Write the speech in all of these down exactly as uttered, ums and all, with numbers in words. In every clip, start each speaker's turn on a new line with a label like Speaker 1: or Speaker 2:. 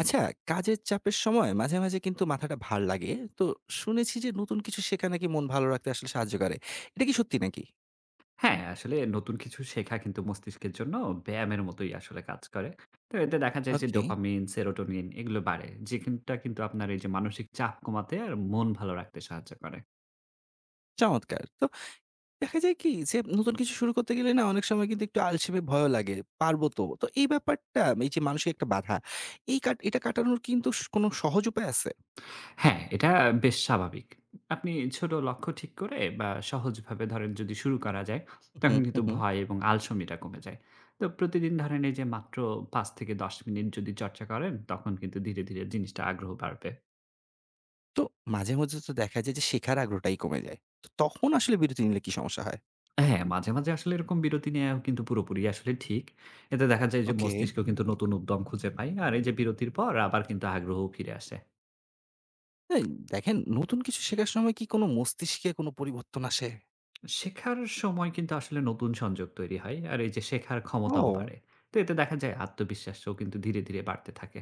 Speaker 1: আচ্ছা, কাজের চাপের সময় মাঝে, মাঝে কিন্তু মাথাটা ভার লাগে। তো শুনেছি যে নতুন কিছু শেখা নাকি মন ভালো রাখতে আসলে সাহায্য করে। এটা কি সত্যি নাকি?
Speaker 2: হ্যাঁ, আসলে নতুন কিছু শেখা কিন্তু মস্তিষ্কের জন্য ব্যায়ামের মতোই আসলে কাজ করে। তো এতে দেখা যায় যে
Speaker 1: ওকে,
Speaker 2: ডোপামিন, সেরোটোনিন এগুলো বাড়ে। যেখানটা কিন্তু আপনার এই যে মানসিক চাপ কমাতে আর মন ভালো রাখতে সাহায্য করে।
Speaker 1: চমৎকার! তো দেখা যায় কি যে নতুন কিছু শুরু করতে গেলে না অনেক সময় কিন্তু একটু আলসেমি ভয়ও লাগে। পারব তো। তো এই ব্যাপারটা এই যে মানসিক একটা বাধা, এই কাট এটা কাটানোর কিন্তু স কোনো সহজ উপায় আছে?
Speaker 2: হ্যাঁ, এটা বেশ স্বাভাবিক। আপনি ছোট লক্ষ্য ঠিক করে বা সহজভাবে ধরেন যদি শুরু করা যায়,
Speaker 1: হু,
Speaker 2: তখন
Speaker 1: হু,
Speaker 2: কিন্তু
Speaker 1: হু।
Speaker 2: ভয় এবং আলসেমিটা কমে যায়। তো প্রতিদিন ধরেন এই যে মাত্র পাঁচ থেকে দশ মিনিট যদি চর্চা করেন, তখন কিন্তু ধীরে, ধীরে জিনিসটা আগ্রহ বাড়বে।
Speaker 1: তো মাঝে, মাঝে তো দেখা যায় যে শেখার আগ্রহটাই কমে যায়। তো তখন আসলে বিরতি নিলে কি সমস্যা হয়?
Speaker 2: হ্যাঁ, মাঝে, মাঝে আসলে এরকম বিরতি নেয়াও কিন্তু পুরোপুরি আসলে ঠিক। এতে দেখা যায় যে
Speaker 1: ওকে।
Speaker 2: মস্তিষ্ক কিন্তু নতুন উদ্যম খুঁজে পায়। আর এই যে বিরতির পর আবার কিন্তু আগ্রহও ফিরে আসে।
Speaker 1: এই দেখেন নতুন কিছু শেখার সময় কি কোনো মস্তিষ্কে কোনো পরিবর্তন আসে?
Speaker 2: শেখার সময় কিন্তু আসলে নতুন সংযোগ তৈরি হয়। আর এই যে শেখার ক্ষমতাও
Speaker 1: ও!
Speaker 2: বাড়ে। তো এতে দেখা যায় আত্মবিশ্বাসও কিন্তু ধীরে, ধীরে বাড়তে থাকে।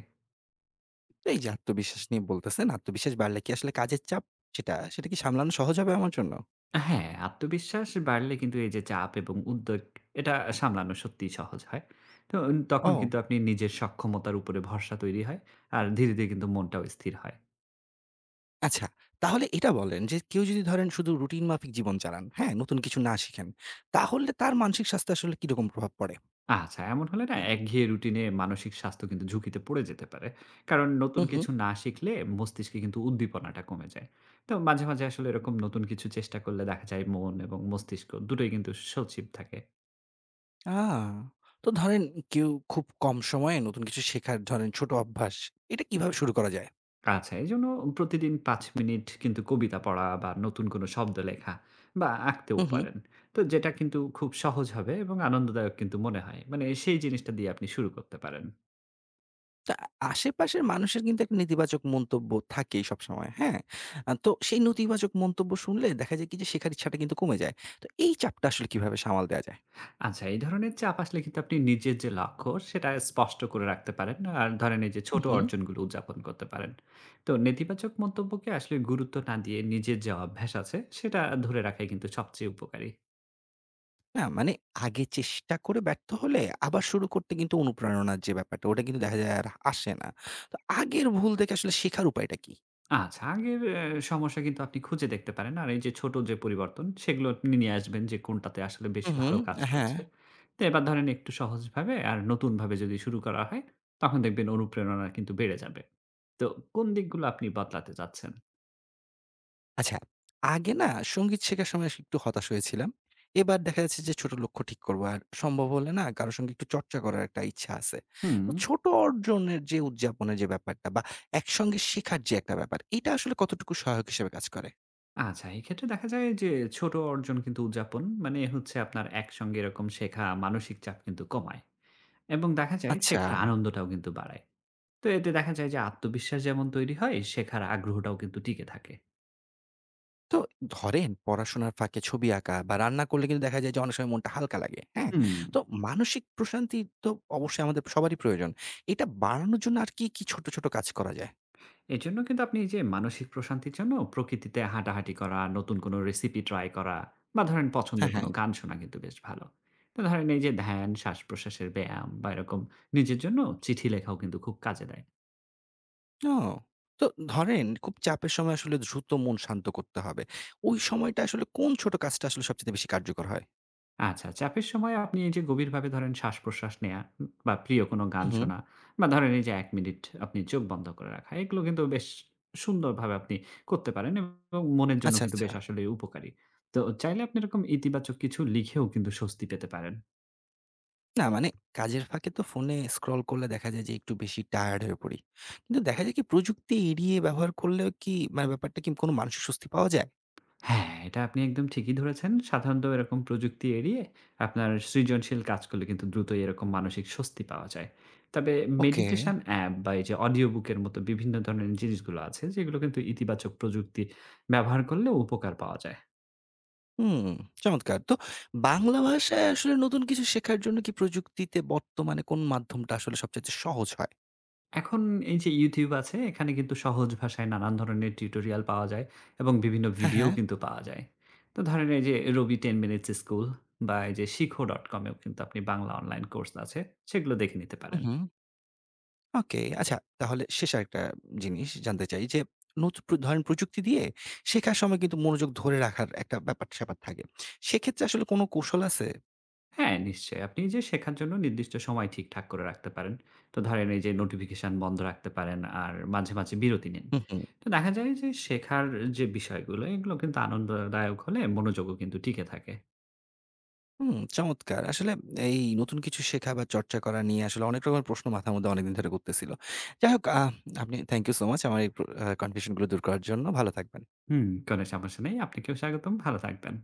Speaker 1: এই যে আত্মবিশ্বাস নিয়ে বলতেছেন, আত্মবিশ্বাস বাড়লে কি আসলে কাজের চাপ সেটা, সেটা কি সামলানো সহজ হবে আমার জন্য?
Speaker 2: হ্যাঁ, আত্মবিশ্বাস বাড়লে কিন্তু এই যে চাপ এবং উদ্বেগ এটা সামলানো সত্যিই সহজ হয়। তো তখন
Speaker 1: ও!
Speaker 2: কিন্তু আপনি নিজের সক্ষমতার উপরে ভরসা তৈরি হয়। আর ধীরে, ধীরে কিন্তু মনটাও স্থির হয়।
Speaker 1: আচ্ছা, তাহলে এটা বলেন যে কেউ যদি ধরেন শুধু রুটিন মাফিক জীবন চালান, হ্যাঁ? নতুন কিছু না শিখেন, তাহলে তার মানসিক স্বাস্থ্যে আসলে কিরকম প্রভাব পড়ে?
Speaker 2: আচ্ছা, এমন হলে না একঘেয়ে রুটিনে মানসিক স্বাস্থ্য কিন্তু ঝুঁকিতে পড়ে যেতে পারে। কারণ নতুন
Speaker 1: হুম, হুম।
Speaker 2: কিছু না শিখলে মস্তিষ্কে কিন্তু উদ্দীপনাটা কমে যায়। তো মাঝে, মাঝে আসলে এরকম নতুন কিছু চেষ্টা করলে দেখা যায় মন এবং মস্তিষ্ক দুটোই কিন্তু সজীব থাকে।
Speaker 1: আ তো ধরেন কেউ খুব কম সময়ে নতুন কিছু শেখার ধরেন ছোট অভ্যাস, এটা কিভাবে শুরু করা যায়?
Speaker 2: আচ্ছা, এজন্য প্রতিদিন পাঁচ মিনিট কিন্তু কবিতা পড়া বা নতুন কোনো শব্দ লেখা বা আঁকতেও
Speaker 1: হুম, হুম।
Speaker 2: পারেন। তো যেটা কিন্তু খুব সহজ হবে এবং আনন্দদায়ক কিন্তু মনে হয়। মানে সেই জিনিসটা দিয়ে আপনি শুরু করতে পারেন।
Speaker 1: তা আশেপাশের মানুষের কিন্তু একটা নেতিবাচক মন্তব্য থাকেই সবসময়, হ্যাঁ? আ তো সেই নেতিবাচক মন্তব্য শুনলে দেখা যায় কি যে শেখার ইচ্ছাটা কিন্তু কমে যায়। তো এই চাপটা আসলে কিভাবে সামাল দেয়া যায়?
Speaker 2: আচ্ছা, এই ধরনের চাপ আসলে কিন্তু আপনি নিজের যে লক্ষ্য, সেটা স্পষ্ট করে রাখতে পারেন। আর ধরেন এই যে ছোট
Speaker 1: উহু।
Speaker 2: অর্জনগুলো উদযাপন করতে পারেন। তো নেতিবাচক মন্তব্যকে আসলে গুরুত্ব না দিয়ে নিজের যে অভ্যাস আছে, সেটা ধরে রাখাই কিন্তু সবচেয়ে উপকারী।
Speaker 1: না মানে আগে চেষ্টা করে ব্যর্থ হলে আবার শুরু করতে কিন্তু অনুপ্রেরণার যে ব্যাপারটা ওটা কিন্তু দেখা যায় আর আসে না। তো আগের ভুল থেকে আসলে শেখার উপায়টা কি?
Speaker 2: আচ্ছা, আগের অ্যা সমস্যা কিন্তু আপনি খুঁজে দেখতে পারেন। আর এই যে ছোট যে পরিবর্তন, সেগুলো আপনি নিয়ে আসবেন যে কোনটাতে আসলে বেশি
Speaker 1: উহু,
Speaker 2: ভালো কাজ
Speaker 1: হ্যাঁ।
Speaker 2: করছে। তো এবার ধরেন একটু সহজভাবে আর নতুনভাবে যদি শুরু করা হয়, তখন দেখবেন অনুপ্রেরণা কিন্তু বেড়ে যাবে। তো কোন দিকগুলো আপনি বদলাতে চাচ্ছেন?
Speaker 1: আচ্ছা, আগে না সংগীত শেখার সময় স একটু হতাশ হয়েছিলাম। এবার দেখা যাচ্ছে যে ছোট লক্ষ্য ঠিক করব। আর সম্ভব হলে না কারো সঙ্গে একটু চর্চা করার একটা ইচ্ছা আছে।
Speaker 2: হুম।
Speaker 1: তো ছোট অর্জনের যে উদযাপনের যে ব্যাপারটা বা একসঙ্গে শেখার যে একটা ব্যাপার, এটা আসলে কতটুকু সহায়ক হিসেবে কাজ করে?
Speaker 2: আচ্ছা, এক্ষেত্রে দেখা যায় যে ছোট অর্জন কিন্তু উদযাপন মানে হচ্ছে আপনার একসঙ্গে এরকম শেখা মানসিক চাপ কিন্তু কমায়। এবং দেখা যায় আচ্ছা।
Speaker 1: আচ্ছা।
Speaker 2: শেখার আনন্দটাও কিন্তু বাড়ায়। তো এতে দেখা যায় যে আত্মবিশ্বাস যেমন তৈরি হয়, শেখার আগ্রহটাও কিন্তু টিকে থাকে।
Speaker 1: তো ধরেন পড়াশোনার ফাঁকে ছবি আঁকা বা রান্না করলে কিন্তু দেখা যায় যে অনেক সময় মনটা হালকা লাগে। হ্যাঁ?
Speaker 2: হুম,
Speaker 1: তো মানসিক প্রশান্তি তো অবশ্যই আমাদের সবারই প্রয়োজন। এটা বাড়ানোর জন্য আর কি, কি ছোট, ছোট কাজ করা যায়?
Speaker 2: এজন্য কিন্তু আপনি এই যে মানসিক প্রশান্তির জন্য প্রকৃতিতে হাঁটাহাঁটি করা, নতুন কোনো রেসিপি ট্রাই করা বা ধরেন
Speaker 1: হ্যাঁ,
Speaker 2: পছন্দের
Speaker 1: হ্যাঁ।
Speaker 2: কোনো গান শোনা কিন্তু বেশ ভালো। তো ধরেন এই যে ধ্যান, শ্বাস-প্রশ্বাসের ব্যায়াম বা এরকম নিজের জন্য চিঠি লেখাও কিন্তু খুব কাজে দেয়।
Speaker 1: ও! তো ধরেন খুব চাপের সময় আসলে দ্রুত মন শান্ত করতে হবে। ওই সময়টা আসলে কোন ছোট কাজটা আসলে সবচাইতে বেশি কার্যকর হয়?
Speaker 2: আচ্ছা, চাপের সময় আপনি এই যে গভীরভাবে ধরেন শ্বাস-প্রশ্বাস নেয়া উম বা প্রিয় কোনো
Speaker 1: হু,
Speaker 2: গান
Speaker 1: হুম।
Speaker 2: শোনা বা ধরেন এই যে এক মিনিট আপনি চোখ বন্ধ করে রাখা। এগুলো কিন্তু বেশ সুন্দরভাবে আপনি করতে পারেন এবং মনের জন্য
Speaker 1: আচ্ছা,
Speaker 2: কিন্তু
Speaker 1: আচ্ছা।
Speaker 2: বেশ আসলে উপকারী। তো চাইলে আপনি এরকম ইতিবাচক কিছু লিখেও কিন্তু স্বস্তি পেতে পারেন।
Speaker 1: না মানে কাজের ফাঁকে তো ফোনে স্ক্রল করলে দেখা যায় যে একটু বেশি টায়ার্ড হয়ে পড়ি। কিন্তু দেখা যায় কি প্রযুক্তি এড়িয়ে ব্যবহার করলেও কি মানে ব্যাপারটা কি কোনো মানসিক স্বস্তি পাওয়া যায়?
Speaker 2: হ্যাঁ, এটা আপনি একদম ঠিকই ধরেছেন। সাধারণত এরকম প্রযুক্তি এড়িয়ে আপনার সৃজনশীল কাজ করলে কিন্তু দ্রুতই এরকম মানসিক স্বস্তি পাওয়া যায়। তবে
Speaker 1: ওকে।
Speaker 2: মেডিটেশন অ্যাপ বা এই যে অডিও বুকের মতো বিভিন্ন ধরনের জিনিসগুলো আছে, যেগুলো কিন্তু ইতিবাচক প্রযুক্তি ব্যবহার করলে উপকার পাওয়া যায়।
Speaker 1: হুম, চমৎকার। তো বাংলা ভাষায় আসলে নতুন কিছু শেখার জন্য কি প্রযুক্তিতে বর্তমানে কোন মাধ্যমটা আসলে সবচাইতে সহজ হয়?
Speaker 2: এখন এই যে ইউটিউব আছে, এখানে কিন্তু সহজ ভাষায় নানান ধরনের টিউটোরিয়াল পাওয়া যায় এবং বিভিন্ন
Speaker 1: হ্যাঁ,
Speaker 2: ভিডিও
Speaker 1: হ্যাঁ।
Speaker 2: কিন্তু পাওয়া যায়। তো ধরেন এই যে রবি দশ মিনিটস স্কুল বা এই যে শিখো ডট কম এও কিন্তু আপনি বাংলা অনলাইন কোর্স আছে, সেগুলো দেখে নিতে
Speaker 1: হু,
Speaker 2: পারেন।
Speaker 1: হুম। ওকে, আচ্ছা তাহলে শেষ আরেকটা জিনিস জানতে চাই যে নতুন প্র ধরেন প্রযুক্তি দিয়ে শেখার সময় কিন্তু মনোযোগ ধরে রাখার একটা ব্যাপার-স্যাপার থাকে। সেক্ষেত্রে আসলে কোনো কৌশল আছে?
Speaker 2: হ্যাঁ, নিশ্চয়ই। আপনি যে শেখার জন্য নির্দিষ্ট সময় ঠিকঠাক করে রাখতে পারেন। তো ধরেন এই যে নোটিফিকেশন বন্ধ রাখতে পারেন আর মাঝে, মাঝে বিরতি নিন।
Speaker 1: হুম, হুম,
Speaker 2: তো দেখা যায় যে শেখার যে বিষয়গুলো এগুলো কিন্তু আনন্দদায়ক হলে মনোযোগও কিন্তু টিকে থাকে।
Speaker 1: হুম, চমৎকার। আসলে এই নতুন কিছু শেখা বা চর্চা করা নিয়ে আসলে অনেক রকমের প্রশ্ন মাথার মধ্যে অনেকদিন ধরে ঘুরতেছিল। যাই হোক আহ আপনি থ্যাংক ইউ সো মাচ আমার এই প্র আ কনফিউশন গুলো দূর করার জন্য। ভালো থাকবেন।
Speaker 2: হুম, কোনো সমস্যা নেই। আপনাকেও স্বাগতম। ভালো থাকবেন।